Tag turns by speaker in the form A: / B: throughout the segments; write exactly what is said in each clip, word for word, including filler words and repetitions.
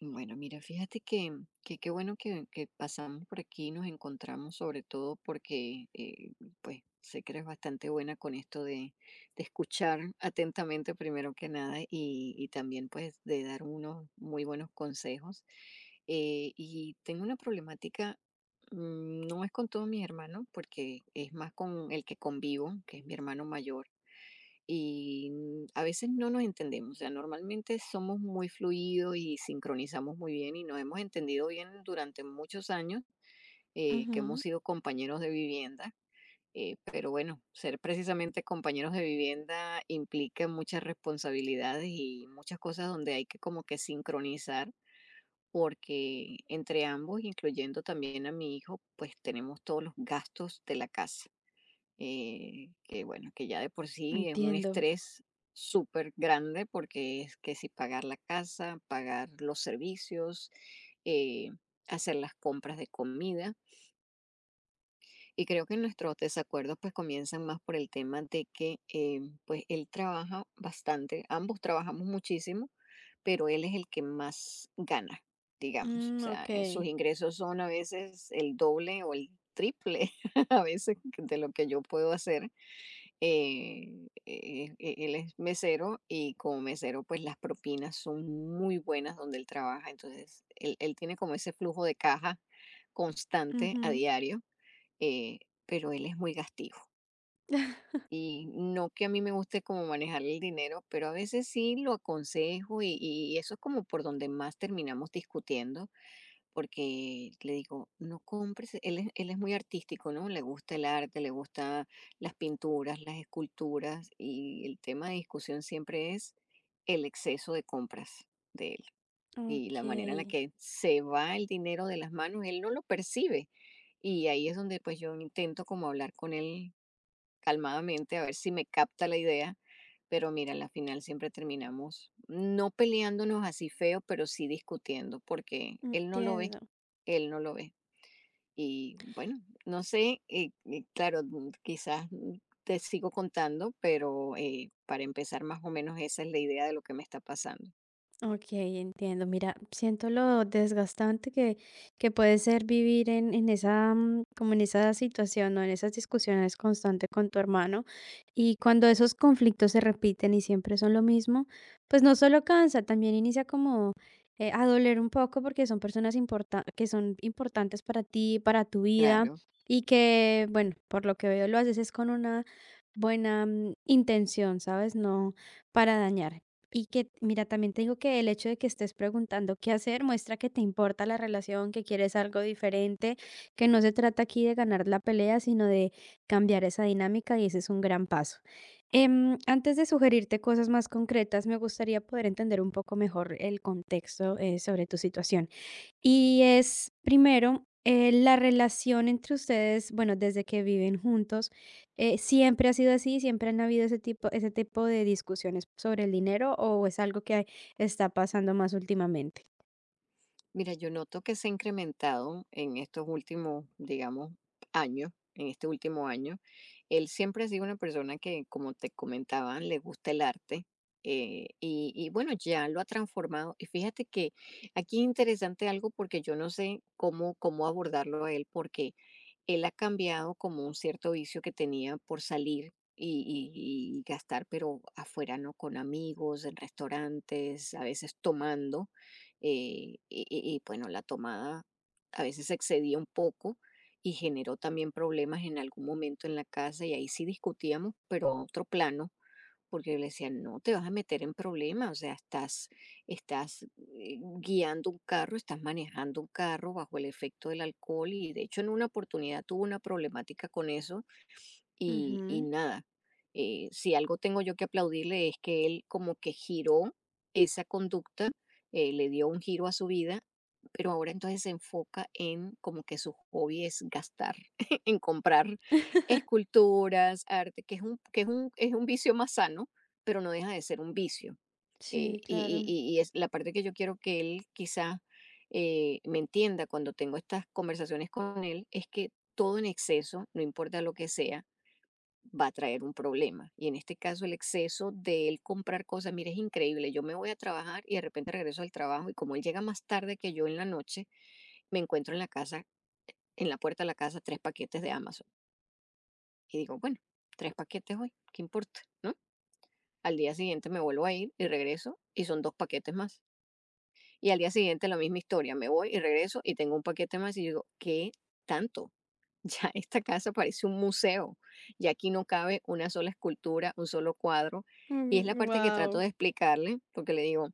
A: Bueno, mira, fíjate que que qué bueno que que pasamos por aquí y nos encontramos, sobre todo porque, eh, pues, sé que eres bastante buena con esto de de escuchar atentamente, primero que nada, y y también, pues, de dar unos muy buenos consejos. Eh, y tengo una problemática, mm, no es con todos mis hermanos, porque es más con el que convivo, que es mi hermano mayor y mm, a veces no nos entendemos. O sea, normalmente somos muy fluidos y sincronizamos muy bien y nos hemos entendido bien durante muchos años, eh, que hemos
B: Ujú,
A: sido compañeros de vivienda. Eh, pero bueno, ser precisamente compañeros de vivienda implica muchas responsabilidades y muchas cosas donde hay que como que sincronizar, porque entre ambos, incluyendo también a mi hijo, pues tenemos todos los gastos de la casa. Eh, que bueno, que ya de por sí es un
B: entiendo.
A: estrés súper grande, porque es que si pagar la casa, pagar los servicios, eh, hacer las compras de comida. Y creo que nuestros desacuerdos pues comienzan más por el tema de que eh, pues él trabaja bastante, ambos trabajamos muchísimo, pero él es el que más gana, digamos. O
B: Mm,
A: sea, eh, sus
B: okey.
A: ingresos son a veces el doble o el triple a veces de lo que yo puedo hacer. Eh, eh, eh, él es mesero y como mesero, pues las propinas son muy buenas donde él trabaja. Entonces, él, él tiene como ese flujo de caja constante a
B: Ujú.
A: diario, eh, pero él es muy gastivo. Y no que a mí me guste como manejar el dinero, pero a veces sí lo aconsejo, y, y eso es como por donde más terminamos discutiendo, porque le digo, no compres, él es, él es muy artístico, ¿no? Le gusta el arte, le gusta las pinturas, las esculturas, y el tema de discusión siempre es el exceso de compras de él y la manera en
B: Okey,
A: la que se va el dinero de las manos, él no lo percibe. Y ahí es donde pues yo intento como hablar con él calmadamente, a ver si me capta la idea. Pero mira, al final siempre terminamos no peleándonos así feo, pero sí discutiendo, porque él no lo ve,
B: entiendo.
A: él no lo ve. Y bueno, no sé, eh, eh, claro, mm, quizás, mm, te sigo contando, pero eh, para empezar más o menos esa es la idea de lo que me está pasando.
B: Ok, entiendo. Mira, siento lo desgastante que, que puede ser vivir en, en esa, mm, como en esa situación o en esas discusiones constantes con tu hermano. Y cuando esos conflictos se repiten y siempre son lo mismo, pues no solo cansa, también inicia como eh, a doler un poco porque son personas importa- que son importantes para ti, para tu vida
A: Claro.
B: y que, bueno, por lo que veo lo haces es con una buena mm, intención, ¿sabes? No para dañar. Y que, mira, también te digo que el hecho de que estés preguntando qué hacer muestra que te importa la relación, que quieres algo diferente, que no se trata aquí de ganar la pelea, sino de cambiar esa dinámica y ese es un gran paso. Em, antes de sugerirte cosas más concretas, me gustaría poder entender un poco mejor el contexto eh, sobre tu situación. Y es, primero, eh, la relación entre ustedes, bueno, desde que viven juntos, eh, ¿siempre ha sido así? ¿Siempre han habido ese tipo ese tipo de discusiones sobre el dinero, o es algo que está pasando más últimamente?
A: Mira, yo noto que se ha incrementado en estos últimos, digamos, años, en este último año. Él siempre ha sido una persona que, como te comentaba, le gusta el arte. Eh, y, y bueno, ya lo ha transformado. Y fíjate que aquí es interesante algo porque yo no sé cómo, cómo abordarlo a él, porque él ha cambiado como un cierto vicio que tenía por salir y, y y gastar, pero afuera, ¿no? Con amigos, en restaurantes, a veces tomando, eh, y, y- y, bueno, la tomada a veces se excedía un poco y generó también problemas en algún momento en la casa y ahí sí discutíamos, pero a otro plano, porque yo le decía, no te vas a meter en problemas, o sea, estás, estás, eh, guiando un carro, estás manejando un carro bajo el efecto del alcohol y de hecho en una oportunidad tuvo una problemática con eso y, y
B: Ujú.
A: nada, eh, si algo tengo yo que aplaudirle es que él como que giró esa conducta, eh, le dio un giro a su vida, pero ahora entonces se enfoca en como que su hobby es gastar, en comprar esculturas, arte, que es un, que es un, es un vicio más sano, pero no deja de ser un vicio. Eh,
B: Sí,
A: y,
B: claro.
A: y- y- y es la parte que yo quiero que él quizá, eh, me entienda cuando tengo estas conversaciones con él, es que todo en exceso, no importa lo que sea, va a traer un problema. Y en este caso, el exceso de él comprar cosas, mire, es increíble. Yo me voy a trabajar y de repente regreso al trabajo y como él llega más tarde que yo en la noche, me encuentro en la casa, en la puerta de la casa, tres paquetes de Amazon. Y digo, bueno, tres paquetes hoy, ¿qué importa? ¿No? Al día siguiente me vuelvo a ir y regreso y son dos paquetes más. Y al día siguiente la misma historia, me voy y regreso y tengo un paquete más y digo, ¿qué tanto? Ya esta casa parece un museo y aquí no cabe una sola escultura, un solo cuadro. Y es la parte que trato
B: Wow.
A: de explicarle, porque le digo,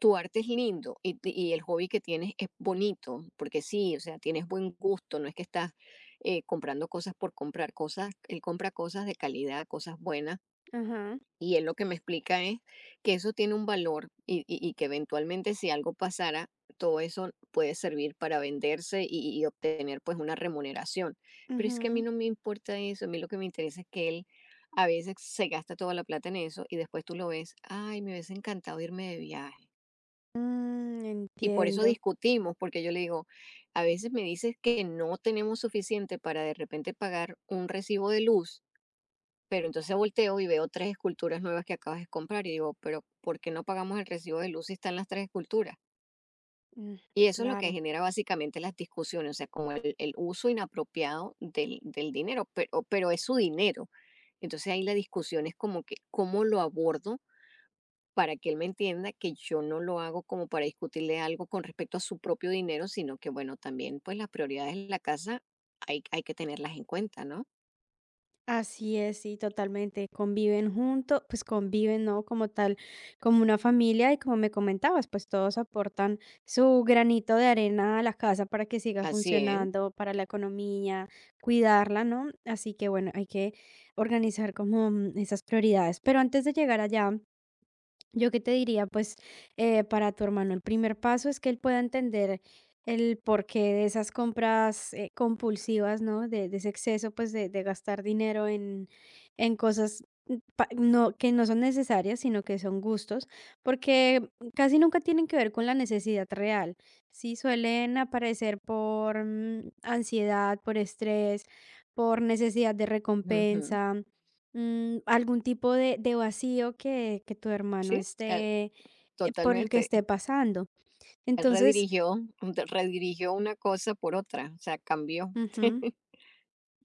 A: tu arte es lindo y, t- y el hobby que tienes es bonito, porque sí, o sea, tienes buen gusto, no es que estás, eh, comprando cosas por comprar cosas, él compra cosas de calidad, cosas buenas
B: Ajá.
A: y él lo que me explica es que eso tiene un valor y, y- y que eventualmente si algo pasara, todo eso puede servir para venderse y, y obtener pues una remuneración. Pero es que a mí
B: Ujú.
A: no me importa eso, a mí lo que me interesa es que él a veces se gasta toda la plata en eso y después tú lo ves, ay, me hubiese encantado irme de viaje.
B: Mm,
A: Y por eso
B: entiendo.
A: discutimos, porque yo le digo, a veces me dices que no tenemos suficiente para de repente pagar un recibo de luz, pero entonces volteo y veo tres esculturas nuevas que acabas de comprar y digo, pero ¿por qué no pagamos el recibo de luz si están las tres esculturas?
B: Mm,
A: Y eso es lo que
B: claro.
A: genera básicamente las discusiones, o sea, como el, el uso inapropiado del, del dinero, pero, pero es su dinero. Entonces ahí la discusión es como que, ¿cómo lo abordo para que él me entienda que yo no lo hago como para discutirle algo con respecto a su propio dinero, sino que, bueno, también pues las prioridades de la casa hay, hay que tenerlas en cuenta, ¿no?
B: Así es, sí, totalmente. Conviven juntos, pues conviven, ¿no? Como tal, como una familia y como me comentabas, pues todos aportan su granito de arena a la casa para que siga
A: Así es.
B: funcionando, para la economía, cuidarla, ¿no? Así que bueno, hay que organizar como mm, esas prioridades. Pero antes de llegar allá, yo qué te diría, pues eh, para tu hermano el primer paso es que él pueda entender el porqué de esas compras eh, compulsivas, ¿no? De, de ese exceso, pues de, de gastar dinero en, en cosas mm, pa- no, que no son necesarias, sino que son gustos, porque casi nunca tienen que ver con la necesidad real. Sí, suelen aparecer por mm, ansiedad, por estrés, por necesidad de
A: Ujú.
B: recompensa. Mm, algún tipo de, de vacío que, que tu hermano
A: Sí, al-,
B: esté, eh, por el que
A: totalmente.
B: esté pasando.
A: Él
B: Entonces,
A: redirigió redirigió una cosa por otra, o sea, cambió.
B: ujú,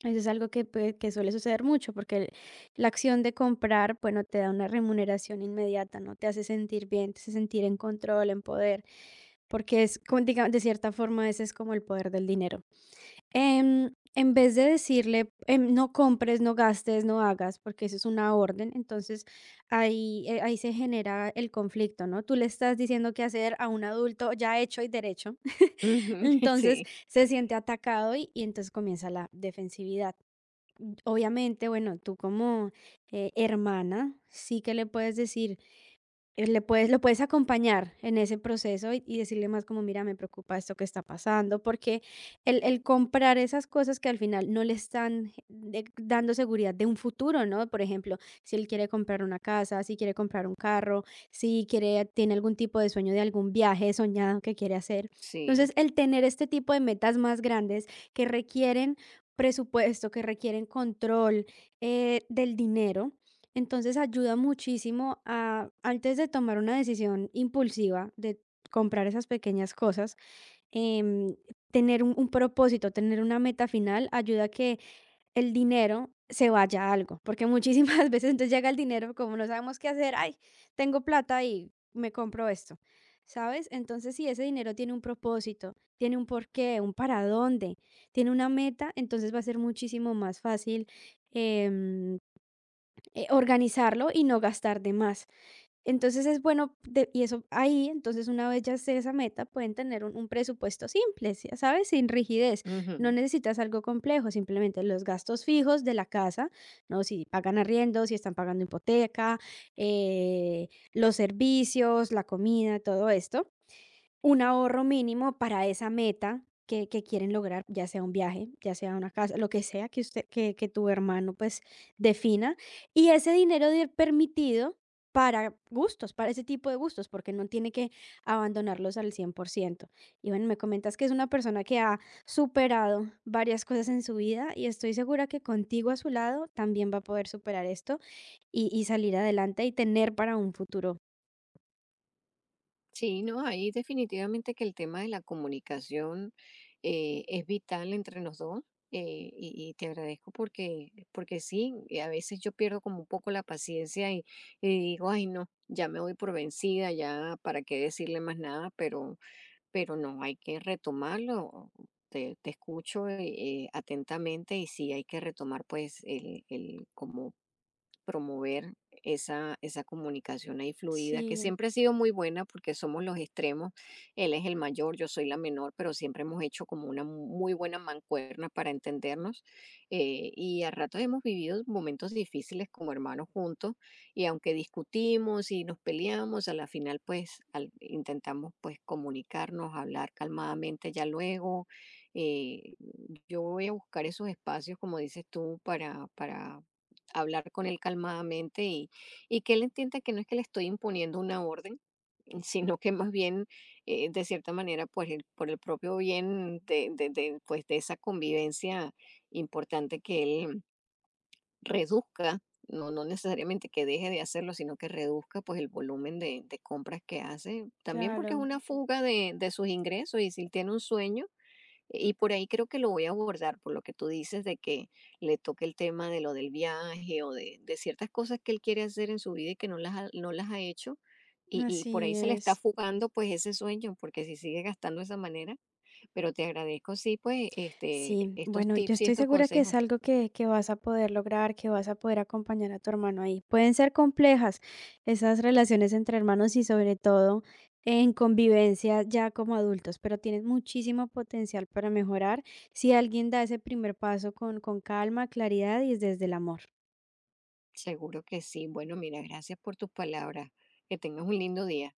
B: eso es algo que, puede- que suele suceder mucho, porque el- la acción de comprar, bueno, te da una remuneración inmediata, ¿no? Te hace sentir bien, te hace sentir en control, en poder, porque es, como diga- de cierta forma, ese es como el poder del dinero. Em, en vez de decirle, em, no compres, no gastes, no hagas, porque eso es una orden, entonces ahí, eh, ahí se genera el conflicto, ¿no? Tú le estás diciendo qué hacer a un adulto ya hecho y derecho,
A: Ujú,
B: entonces
A: sí,
B: se siente atacado y, y entonces comienza la defensividad. Obviamente, bueno, tú como eh, hermana, sí que le puedes decir eh, le puedes lo puedes acompañar en ese proceso y y decirle más como: "Mira, me preocupa esto que está pasando", porque el el comprar esas cosas que al final no le están de dando seguridad de un futuro, ¿no? Por ejemplo, si él quiere comprar una casa, si quiere comprar un carro, si quiere tiene algún tipo de sueño de algún viaje soñado que quiere hacer.
A: sí,
B: Entonces, el tener este tipo de metas más grandes que requieren presupuesto, que requieren control, eh, del dinero, entonces ayuda muchísimo a, antes de tomar una decisión impulsiva de comprar esas pequeñas cosas, em, tener un, un propósito, tener una meta final, ayuda a que el dinero se vaya a algo, porque muchísimas veces entonces llega el dinero, como no sabemos qué hacer, ay, tengo plata y me compro esto, ¿sabes? Entonces si ese dinero tiene un propósito, tiene un porqué, un para dónde, tiene una meta, entonces va a ser muchísimo más fácil. em, eh, Organizarlo y no gastar de más. Entonces es bueno, de- y eso ahí, entonces una vez ya sé esa meta, pueden tener un, un presupuesto simple, si- ¿sabes? Sin rigidez. No
A: ujú.
B: necesitas algo complejo, simplemente los gastos fijos de la casa, ¿no? Si pagan arriendo, si están pagando hipoteca, eh, los servicios, la comida, todo esto un ahorro mínimo para esa meta que, que quieren lograr, ya sea un viaje, ya sea una casa, lo que sea que usted, que, que tu hermano pues defina. Y ese dinero de permitido para gustos, para ese tipo de gustos, porque no tiene que abandonarlos al cien por ciento. Y bueno, me comentas que es una persona que ha superado varias cosas en su vida y estoy segura que contigo a su lado también va a poder superar esto y, y salir adelante y tener para un futuro.
A: Sí, no, ahí definitivamente que el tema de la comunicación, eh, es vital entre los dos, eh, y y te agradezco porque porque sí, eh, a veces yo pierdo como un poco la paciencia y y digo: "Ay no, ya me voy por vencida, ya para qué decirle más nada", pero pero no, hay que retomarlo. Te, te escucho, eh, eh, atentamente y sí hay que retomar pues el, el como promover esa, esa comunicación ahí fluida, que
B: Sí,
A: siempre ha sido muy buena porque somos los extremos, él es el mayor, yo soy la menor, pero siempre hemos hecho como una muy buena mancuerna para entendernos, eh, y a ratos hemos vivido momentos difíciles como hermanos juntos y aunque discutimos y nos peleamos, a la final pues al- intentamos pues comunicarnos, hablar calmadamente ya luego. eh, yo voy a buscar esos espacios, como dices tú, para, para hablar con él calmadamente y, y que él entienda que no es que le estoy imponiendo una orden, sino que más bien, eh, de cierta manera, pues el- por el propio bien de, de, de, pues, de esa convivencia importante que él reduzca, no, no necesariamente que deje de hacerlo, sino que reduzca pues el volumen de, de compras que hace, también porque es
B: claro,
A: una fuga de, de sus ingresos y si él tiene un sueño, y por ahí creo que lo voy a abordar, por lo que tú dices de que le toque el tema de lo del viaje o de, de ciertas cosas que él quiere hacer en su vida y que no las ha, no las ha hecho. Y, y por ahí
B: así
A: se le está
B: es.
A: fugando pues ese sueño, porque si sigue gastando de esa manera, pero te agradezco sí pues este,
B: Sí,
A: estos
B: bueno, yo
A: tips y
B: estoy
A: estos
B: segura que es
A: consejos.
B: algo que, que vas a poder lograr, que vas a poder acompañar a tu hermano ahí. Pueden ser complejas esas relaciones entre hermanos y sobre todo en convivencia ya como adultos, pero tienes muchísimo potencial para mejorar si alguien da ese primer paso con, con calma, claridad y desde el amor.
A: Seguro que sí. Bueno, mira, gracias por tus palabras. Que tengas un lindo día.